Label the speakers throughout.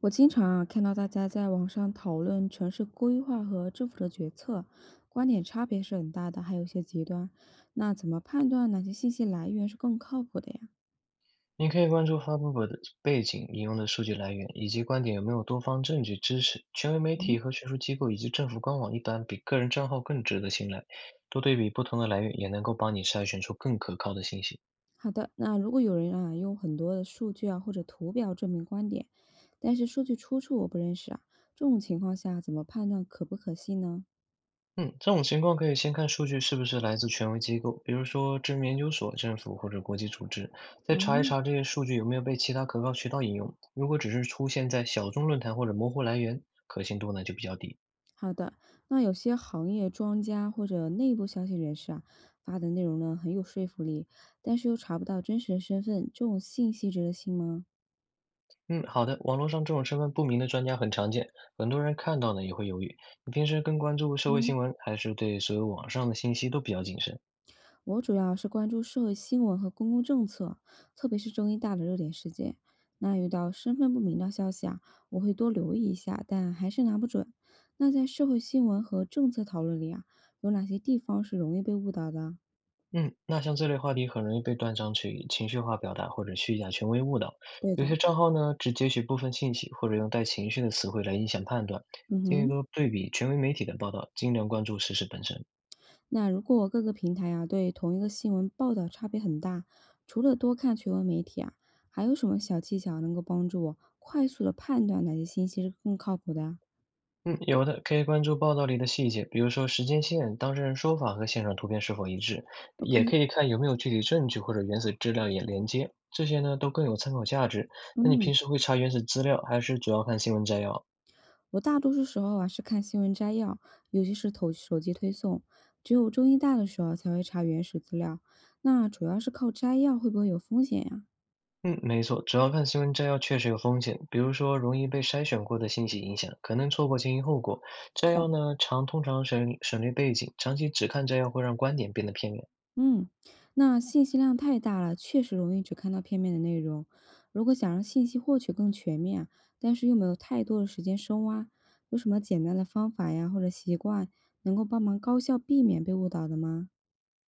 Speaker 1: 我经常啊看到大家在网上讨论城市规划和政府的决策，观点差别是很大的，还有一些极端。那怎么判断哪些信息来源是更靠谱的呀？
Speaker 2: 你可以关注发布会的背景、引用的数据来源，以及观点有没有多方证据支持。权威媒
Speaker 1: 嗯，
Speaker 2: 体和学术机构以及政府官网一般比个人账号更值得信赖。多对比不同的来源，也能够帮你筛选出更可靠的信息。
Speaker 1: 好的，那如果有人啊用很多的数据啊或者图表证明观点，但是数据出处我不认识啊，这种情况下怎么判断可不可信呢？
Speaker 2: 嗯，这种情况可以先看数据是不是来自权威机构，比如说知名研究所、政府或者国际组织，再查一查
Speaker 1: 啊、
Speaker 2: 这些数据有没有被其他可靠渠道引用。如果只是出现在小众论坛或者模糊来源，可信度呢就比较低。
Speaker 1: 好的，那有些行业专家或者内部消息人士啊，发的内容呢很有说服力，但是又查不到真实的身份，这种信息值得信吗？
Speaker 2: 嗯，好的。网络上这种身份不明的专家很常见，很多人看到呢也会犹豫。你平时更关注社会
Speaker 1: 嗯，
Speaker 2: 新闻，还是对所有网上的信息都比较谨慎？
Speaker 1: 我主要是关注社会新闻和公共政策，特别是中议大的热点事件。那遇到身份不明的消息啊，我会多留意一下，但还是拿不准。那在社会新闻和政策讨论里啊，有哪些地方是容易被误导的？
Speaker 2: 嗯，那像这类话题很容易被断章取义、情绪化表达或者虚假权威误导。
Speaker 1: 对
Speaker 2: 有
Speaker 1: 的。
Speaker 2: 些账号呢只截取部分信息，或者用带情绪的词汇来影响判断。
Speaker 1: 嗯
Speaker 2: 建议
Speaker 1: 哼。
Speaker 2: 多对比权威媒体的报道，尽量关注事实本身。
Speaker 1: 那如果各个平台啊对同一个新闻报道差别很大，除了多看权威媒体啊，还有什么小技巧能够帮助我快速的判断哪些信息是更靠谱的啊
Speaker 2: 嗯，有的，可以关注报道里的细节，比如说时间线、当事人说法和现场图片是否一致，也
Speaker 1: ？OK，
Speaker 2: 可以看有没有具体证据或者原始资料也连接，这些呢都更有参考价值。那你
Speaker 1: 嗯，
Speaker 2: 平时会查原始资料，还是主要看新闻摘要？
Speaker 1: 我大多数时候啊是看新闻摘要，尤其是投手机推送，只有中医大的时候才会查原始资料。那主要是靠摘要会不会有风险呀、
Speaker 2: 嗯，没错，主要看新闻摘要确实有风险，比如说容易被筛选过的信息影响，可能错过前因后果。
Speaker 1: 是
Speaker 2: 摘
Speaker 1: 的。
Speaker 2: 要呢，常通常省略背景，长期只看摘要会让观点变得片面。
Speaker 1: 嗯，那信息量太大了，确实容易只看到片面的内容。如果想让信息获取更全面啊但是又没有太多的时间深挖，有什么简单的方法呀，或者习惯能够帮忙高效避免被误导的吗？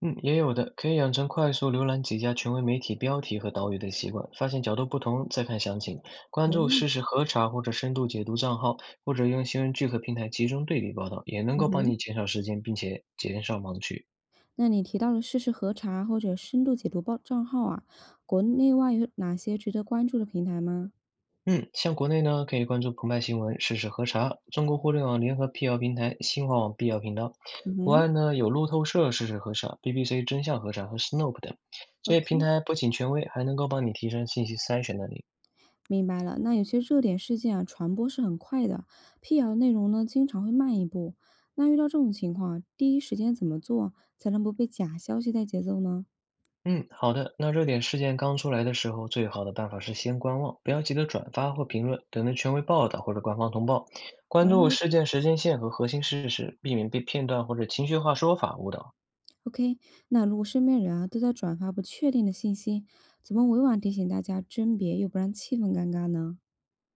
Speaker 2: 嗯，也有的，可以养成快速浏览几家权威媒体标题和导语的习惯，发现角度不同再看详情，关注
Speaker 1: 哦，
Speaker 2: 事实核查或者深度解读账号，或者用新闻聚合平台集中对比报道，也能
Speaker 1: 嗯
Speaker 2: 够帮
Speaker 1: 哼
Speaker 2: 你减少时间，并且减少盲区。
Speaker 1: 那你提到了事实核查或者深度解读报账号啊，国内外有哪些值得关注的平台吗？
Speaker 2: 嗯，像国内呢，可以关注澎湃新闻、事实核查、中国互联网联合辟谣平台、新华网辟谣频道。
Speaker 1: 嗯
Speaker 2: 国
Speaker 1: 哼
Speaker 2: 外呢有路透社事实核查、BBC 真相核查和 Snopes 等，这些
Speaker 1: ，OK。
Speaker 2: 平
Speaker 1: o k
Speaker 2: 台不仅权威，还能够帮你提升信息筛选能力。
Speaker 1: 明白了，那有些热点事件啊，传播是很快的，辟谣内容呢，经常会慢一步。那遇到这种情况啊第一时间怎么做才能不被假消息带节奏呢？
Speaker 2: 嗯，好的。那热点事件刚出来的时候，最好的办法是先观望，不要急着转发或评论，等着权威报道或者官方通报，
Speaker 1: 哦
Speaker 2: 关注事件时间线和核心事实，避免被片段或者情绪化说法误导。
Speaker 1: ，OK，那如果身边人啊都在转发不确定的信息，怎么委婉提醒大家甄别，又不让气氛尴尬呢？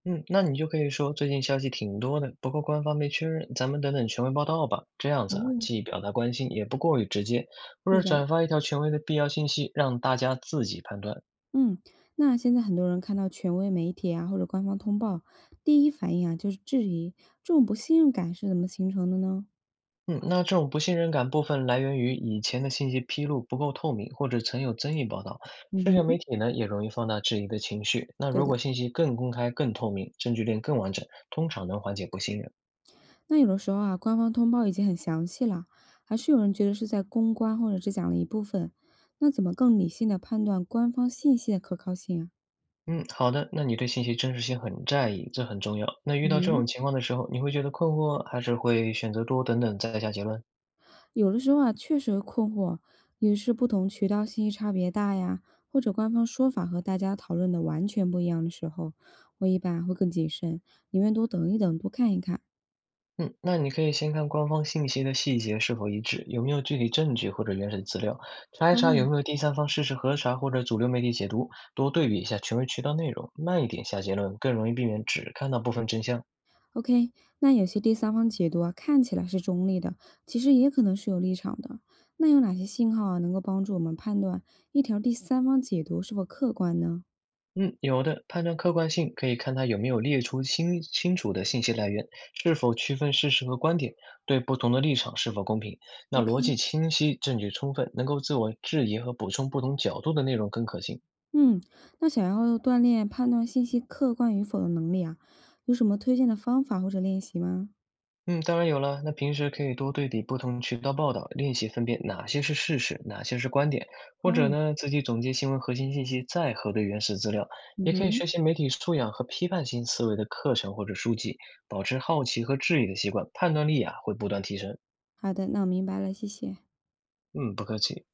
Speaker 2: 嗯，那你就可以说最近消息挺多的，不过官方没确认，咱们等等权威报道吧。这样子啊，
Speaker 1: 哦，
Speaker 2: 既表达关心，也不过于直接，或
Speaker 1: 对
Speaker 2: 者
Speaker 1: 的，
Speaker 2: 转发一条权威的必要信息，让大家自己判断。
Speaker 1: 嗯，那现在很多人看到权威媒体啊或者官方通报，第一反应啊就是质疑，这种不信任感是怎么形成的呢？
Speaker 2: 嗯，那这种不信任感部分来源于以前的信息披露不够透明，或者曾有争议报道。
Speaker 1: 嗯
Speaker 2: 社交
Speaker 1: 哼，
Speaker 2: 媒体呢，也容易放大质疑的情绪。那
Speaker 1: 对
Speaker 2: 如
Speaker 1: 的。
Speaker 2: 果信息更公开、更透明，证据链更完整，通常能缓解不信任。
Speaker 1: 那有的时候啊，官方通报已经很详细了，还是有人觉得是在公关或者只讲了一部分，那怎么更理性的判断官方信息的可靠性啊？
Speaker 2: 嗯，好的。那你对信息真实性很在意，这很重要。那遇到这
Speaker 1: 嗯，
Speaker 2: 种情况的时候，你会觉得困惑，还是会选择多等等再下结论？
Speaker 1: 有的时候啊，确实会困惑，也是不同渠道信息差别大呀，或者官方说法和大家讨论的完全不一样的时候，我一般啊会更谨慎，宁愿多等一等，多看一看。
Speaker 2: 嗯，那你可以先看官方信息的细节是否一致，有没有具体证据或者原始资料，查一
Speaker 1: 哦，
Speaker 2: 查有没有第三方事实核查或者主流媒体解读，多对比一下权威渠道内容，慢一点下结论，更容易避免只看到部分真相。
Speaker 1: OK，那有些第三方解读啊，看起来是中立的，其实也可能是有立场的。那有哪些信号啊，能够帮助我们判断一条第三方解读是否客观呢
Speaker 2: 嗯，有的，判断客观性可以看它有没有列出清清楚的信息来源，是否区分事实和观点，对不同的立场是否公平。那逻
Speaker 1: ？OK，
Speaker 2: 辑清晰，证据充分，能够自我质疑和补充不同角度的内容更可信。
Speaker 1: 嗯，那想要锻炼判断信息客观与否的能力啊，有什么推荐的方法或者练习吗？
Speaker 2: 嗯，当然有了。那平时可以多对比不同渠道报道，练习分辨哪些是事实，哪些是观点，或者
Speaker 1: 哦，
Speaker 2: 呢，自己总结新闻核心信息，再核对原始资料。
Speaker 1: 嗯
Speaker 2: 也可以
Speaker 1: 哼，
Speaker 2: 学习媒体素养和批判性思维的课程或者书籍，保持好奇和质疑的习惯，判断力啊会不断提升。
Speaker 1: 好的，那我明白了，谢谢。
Speaker 2: 嗯，不客气。